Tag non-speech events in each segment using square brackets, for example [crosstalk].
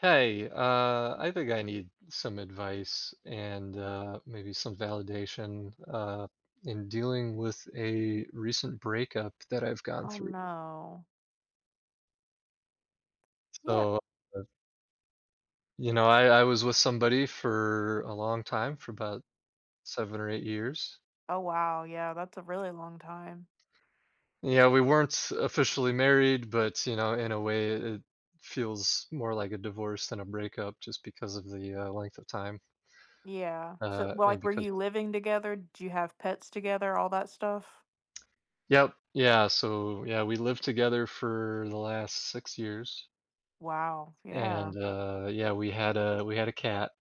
I think I need some advice and maybe some validation in dealing with a recent breakup that I've gone Oh through. no. Yeah. So, uh, I was with somebody for a long time, for about 7 or 8 years. Oh wow. Yeah, that's a really long time. Yeah, we weren't officially married, but, you know, in a way, it feels more like a divorce than a breakup just because of the length of time Yeah. So, well, and like, were because you living together? Did you have pets together? All that stuff? Yep. Yeah, we lived together for the last 6 years, Wow. Yeah. and, yeah, we had a cat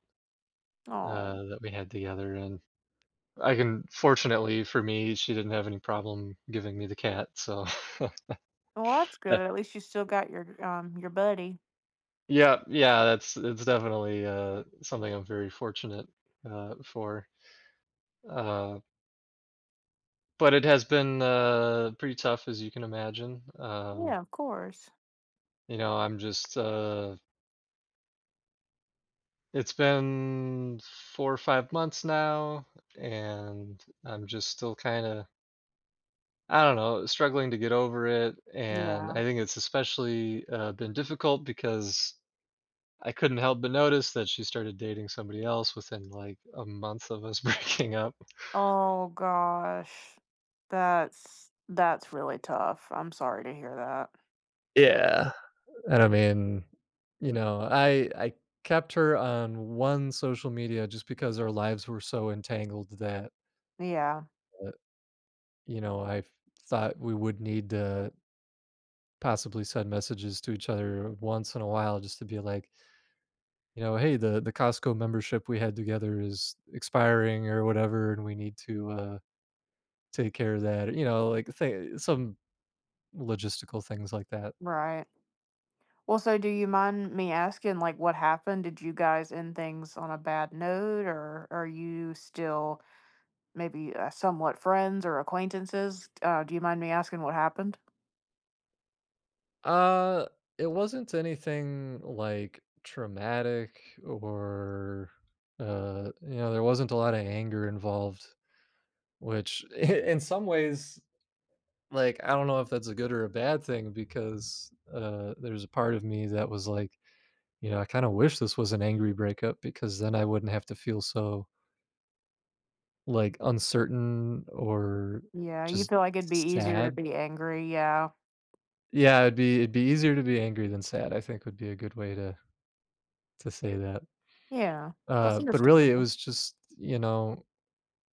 Oh. That we had together. And I can fortunately for me, she didn't have any problem giving me the cat, so [laughs] Well, that's good. At least you still got your buddy. Yeah, yeah, that's it's definitely, something I'm very fortunate for, uh, but it has been, pretty tough, as you can imagine. Yeah, of course. you know, I'm just, uh It's been 4 or 5 months now, and I'm just still kinda I don't know, struggling to get over it. And Yeah. I think it's especially, been difficult because I couldn't help but notice that she started dating somebody else within, like, a month of us [laughs] breaking up. Oh gosh. That's really tough. I'm sorry to hear that. Yeah, and I mean, I kept her on one social media just because our lives were so entangled that, Yeah. uh, you know, I thought we would need to possibly send messages to each other once in a while just to be like, you know, "Hey, the Costco membership we had together is expiring or whatever, and we need to, take care of that," you know, like, thi some logistical things like that. Right. Well, so do you mind me asking, like, what happened? Did you guys end things on a bad note, or are you still maybe somewhat friends or acquaintances? Do you mind me asking what happened? Uh, it wasn't anything, like, traumatic, or, you know, there wasn't a lot of anger involved, which [laughs] in some ways, like, I don't know if that's a good or a bad thing because, there's a part of me that was like, you know, I kinda wish this was an angry breakup, because then I wouldn't have to feel so, like, uncertain or Yeah, you just feel like it'd be easier to sad. be angry. Yeah, Yeah, it'd be easier to be angry than sad, I think would be a good way to say that. yeah, that's But really it understandable. was just, you know,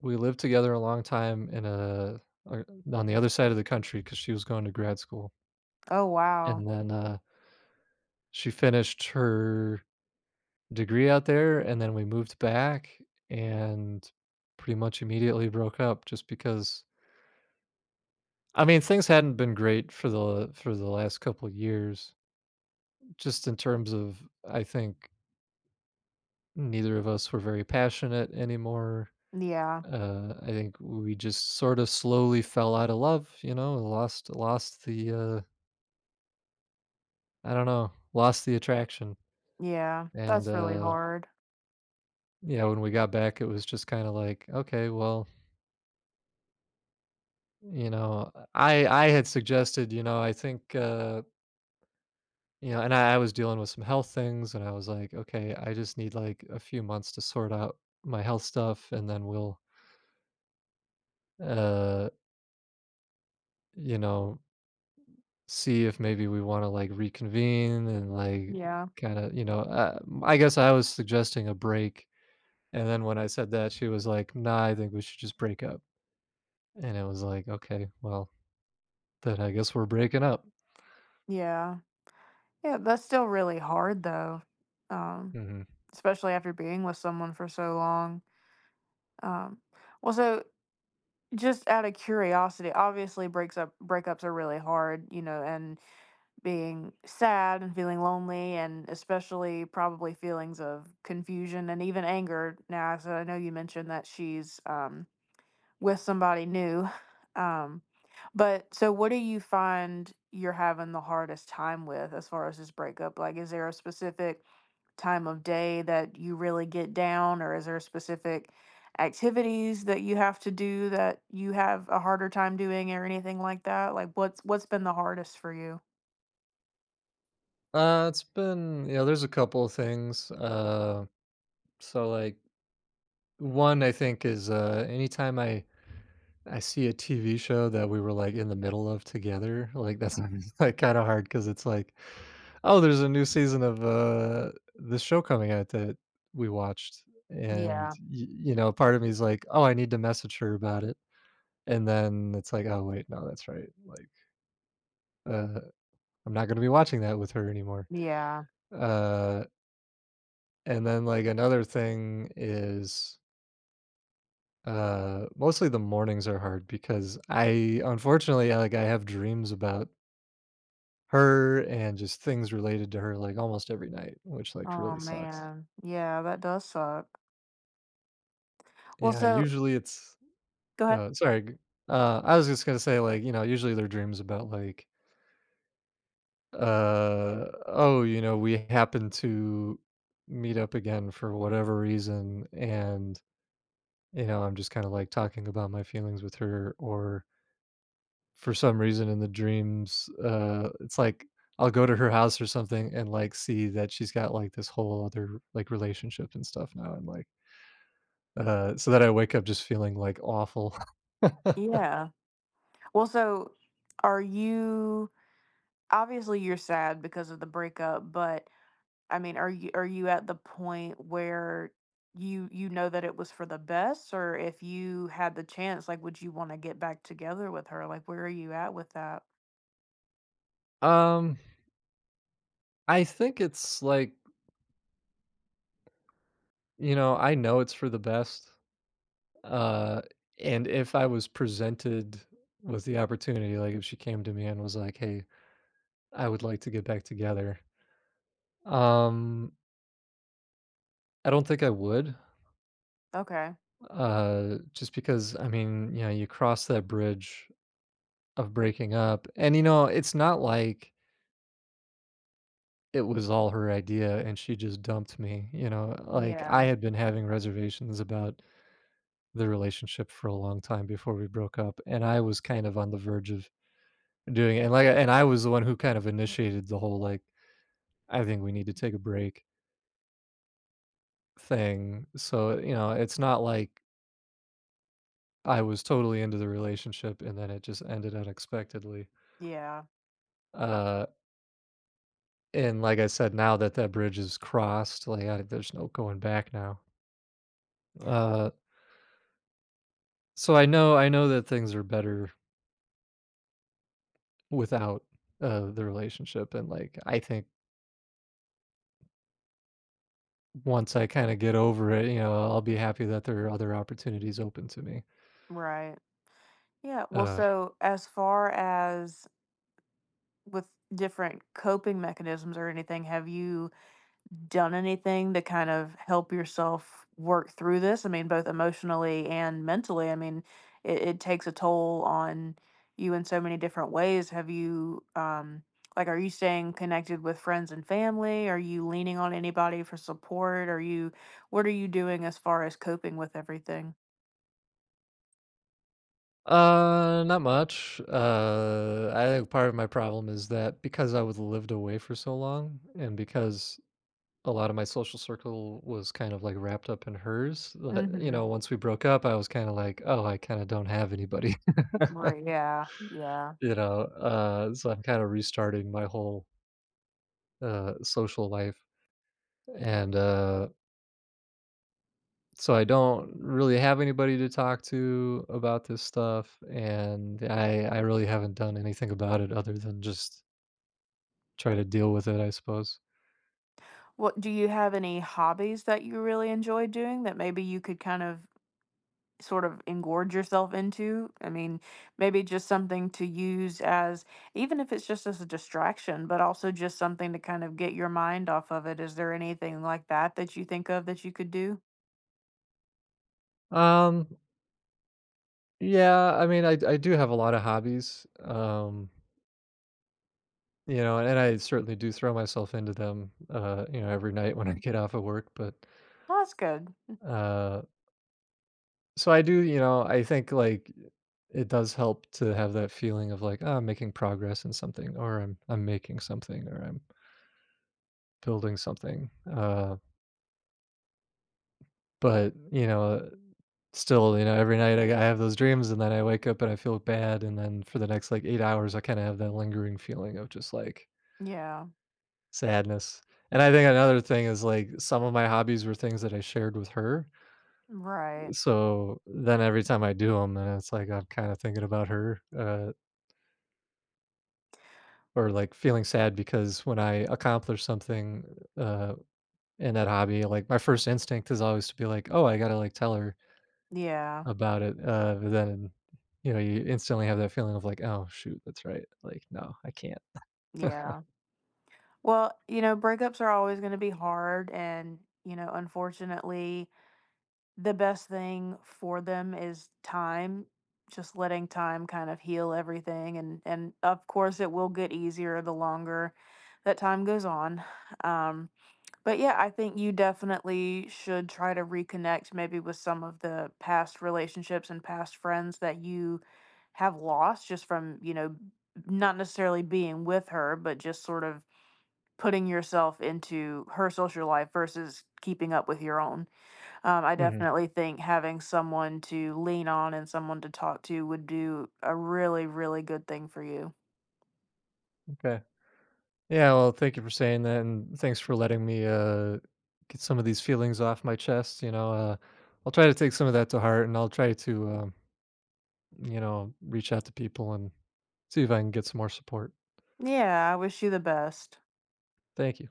we lived together a long time in a or on the other side of the country because she was going to grad school, Oh, wow. and then, she finished her degree out there, and then we moved back and pretty much immediately broke up just because, I mean, things hadn't been great for the last couple of years, just in terms of, I think, neither of us were very passionate anymore. Yeah, I think we just sort of slowly fell out of love, you know, lost the I don't know, lost the attraction. yeah, And that's really hard. yeah, when we got back, it was just kind of like, okay, well, I had suggested, you know, I think, you know, I was dealing with some health things, and I was like, okay, I just need like a few months to sort out my health stuff, and then we'll, uh, you know, see if maybe we want to like reconvene and Yeah, kind of, you know, uh, I guess I was suggesting a break. And then when I said that, she was like, nah, I think we should just break up. And it was like, okay, well, then I guess we're breaking up. yeah, yeah, that's still really hard though, um, Mhm. especially after being with someone for so long. Um, well, so just out of curiosity, obviously breaks up breakups are really hard, you know, and being sad and feeling lonely and especially probably feelings of confusion and even anger. Now, so I know you mentioned that she's with somebody new. [laughs] Um but so what do you find you're having the hardest time with as far as this breakup? Like, is there a specific time of day that you really get down, or is there specific activities that you have to do that you have a harder time doing or anything like that? Like, what's been the hardest for you? It's been, yeah, there's a couple of things. So like, one I think is anytime I see a TV show that we were like in the middle of together, like that's Mhm. [laughs] like kind of hard because it's like, oh, there's a new season of this show coming out that we watched, and Yeah. You know, part of me is like, oh, I need to message her about it. And then it's like, oh wait, no, that's right, like, uh, I'm not gonna be watching that with her anymore. Yeah. Uh And then, like, another thing is, mostly the mornings are hard because I, unfortunately, I, like, I have dreams about her and just things related to her, like, almost every night, which, like, Oh really sucks. man. Yeah, that does suck. Well, Yeah, and so usually it's go ahead. Sorry, g I was just gonna say, like, you know, usually their dreams about, like, "Oh, you know, we happen to meet up again for whatever reason," and, you know, I'm just kinda, like, talking about my feelings with her. Or for some reason in the dreams, it's like I'll go to her house or something and, like, see that she's got, like, this whole other, like, relationship and stuff now, and, like, so that I wake up just feeling, like, awful. [laughs] Yeah. Well, so are you Obviously you're sad because of the breakup, but I mean, are you at the point where you know that it was for the best, or if you had the chance, like, would you wanna get back together with her? Like, where are you at with that? Um, I think it's like, you know, I know it's for the best, uh, and if I was presented with the opportunity, like, if she came to me and was like, "Hey, I would like to get back together," um, I don't think I would. Okay. Just because, I mean, you know, you cross that bridge of breaking up, and, you know, it's not like it was all her idea and she just dumped me, you know? Like, I Yeah. had been having reservations about the relationship for a long time before we broke up, and I was kind of on the verge of doing it, and I was the one who kind of initiated the whole, like, "I think we need to take a break" thing. So, you know, it's not like I was totally into the relationship and then it just ended unexpectedly. Yeah. Uh And like I said, now that that bridge is crossed, like, I there's no going back now. Uh, so I know, that things are better without, the relationship. And, like, I think once I kinda get over it, you know, I'll be happy that there are other opportunities open to me. Right. Yeah. Well, Uh so as far as with different coping mechanisms or anything, have you done anything to kind of help yourself work through this? I mean, both emotionally and mentally. I mean, it takes a toll on you in so many different ways. Have you, like, are you staying connected with friends and family? Are you leaning on anybody for support? Are you, what are you doing as far as coping with everything? Not much. I think part of my problem is that because I was lived away for so long, and because a lot of my social circle was kind of like wrapped up in hers. But, you Mm-hmm. know, once we broke up, I was kind of like, oh, I kind of don't have anybody, [laughs] Right. Yeah. Yeah. you know. So I'm kind of restarting my whole social life. And so I don't really have anybody to talk to about this stuff. And I really haven't done anything about it other than just try to deal with it, I suppose. What do you Have any hobbies that you really enjoy doing that maybe you could kind of sort of engorge yourself into? I mean, maybe just something to use as, even if it's just as a distraction, but also just something to kind of get your mind off of it. Is there anything like that that you think of that you could do? Um, yeah, I mean, I do have a lot of hobbies. You know, and I certainly do throw myself into them, you know, every night when I get off of work. but, Oh, that's good. uh so I do, you know, I think, like, it does help to have that feeling of, like, "Oh, I'm making progress in something," or I'm making something," or "I'm building something," but, you know, still, you know, every night I have those dreams, and then I wake up and I feel bad. And then for the next, like, 8 hours, I kinda have that lingering feeling of just, like, Yeah. sadness. And I think another thing is, like, some of my hobbies were things that I shared with her. Right. So then every time I do them, and it's like I'm kinda thinking about her, or, like, feeling sad because when I accomplish something, uh, in that hobby, like, my first instinct is always to be like, "Oh, I gotta, like, tell her Yeah. about it," but then, you know, you instantly have that feeling of like, "Oh, shoot, that's right. Like, no, I can't." Yeah. Well, you know, breakups are always going to be hard. And, you know, unfortunately, the best thing for them is time, just letting time kind of heal everything, and of course, it will get easier the longer that time goes on, um, but yeah, I think you definitely should try to reconnect maybe with some of the past relationships and past friends that you have lost just from, you know, not necessarily being with her, but just sort of putting yourself into her social life versus keeping up with your own. I Mhm, definitely think having someone to lean on and someone to talk to would do a really, really good thing for you. okay. Yeah, well, thank you for saying that, and thanks for letting me, get some of these feelings off my chest, you know. I'll try to take some of that to heart, and I'll try to, you know, reach out to people and see if I can get some more support. Yeah, I wish you the best. Thank you.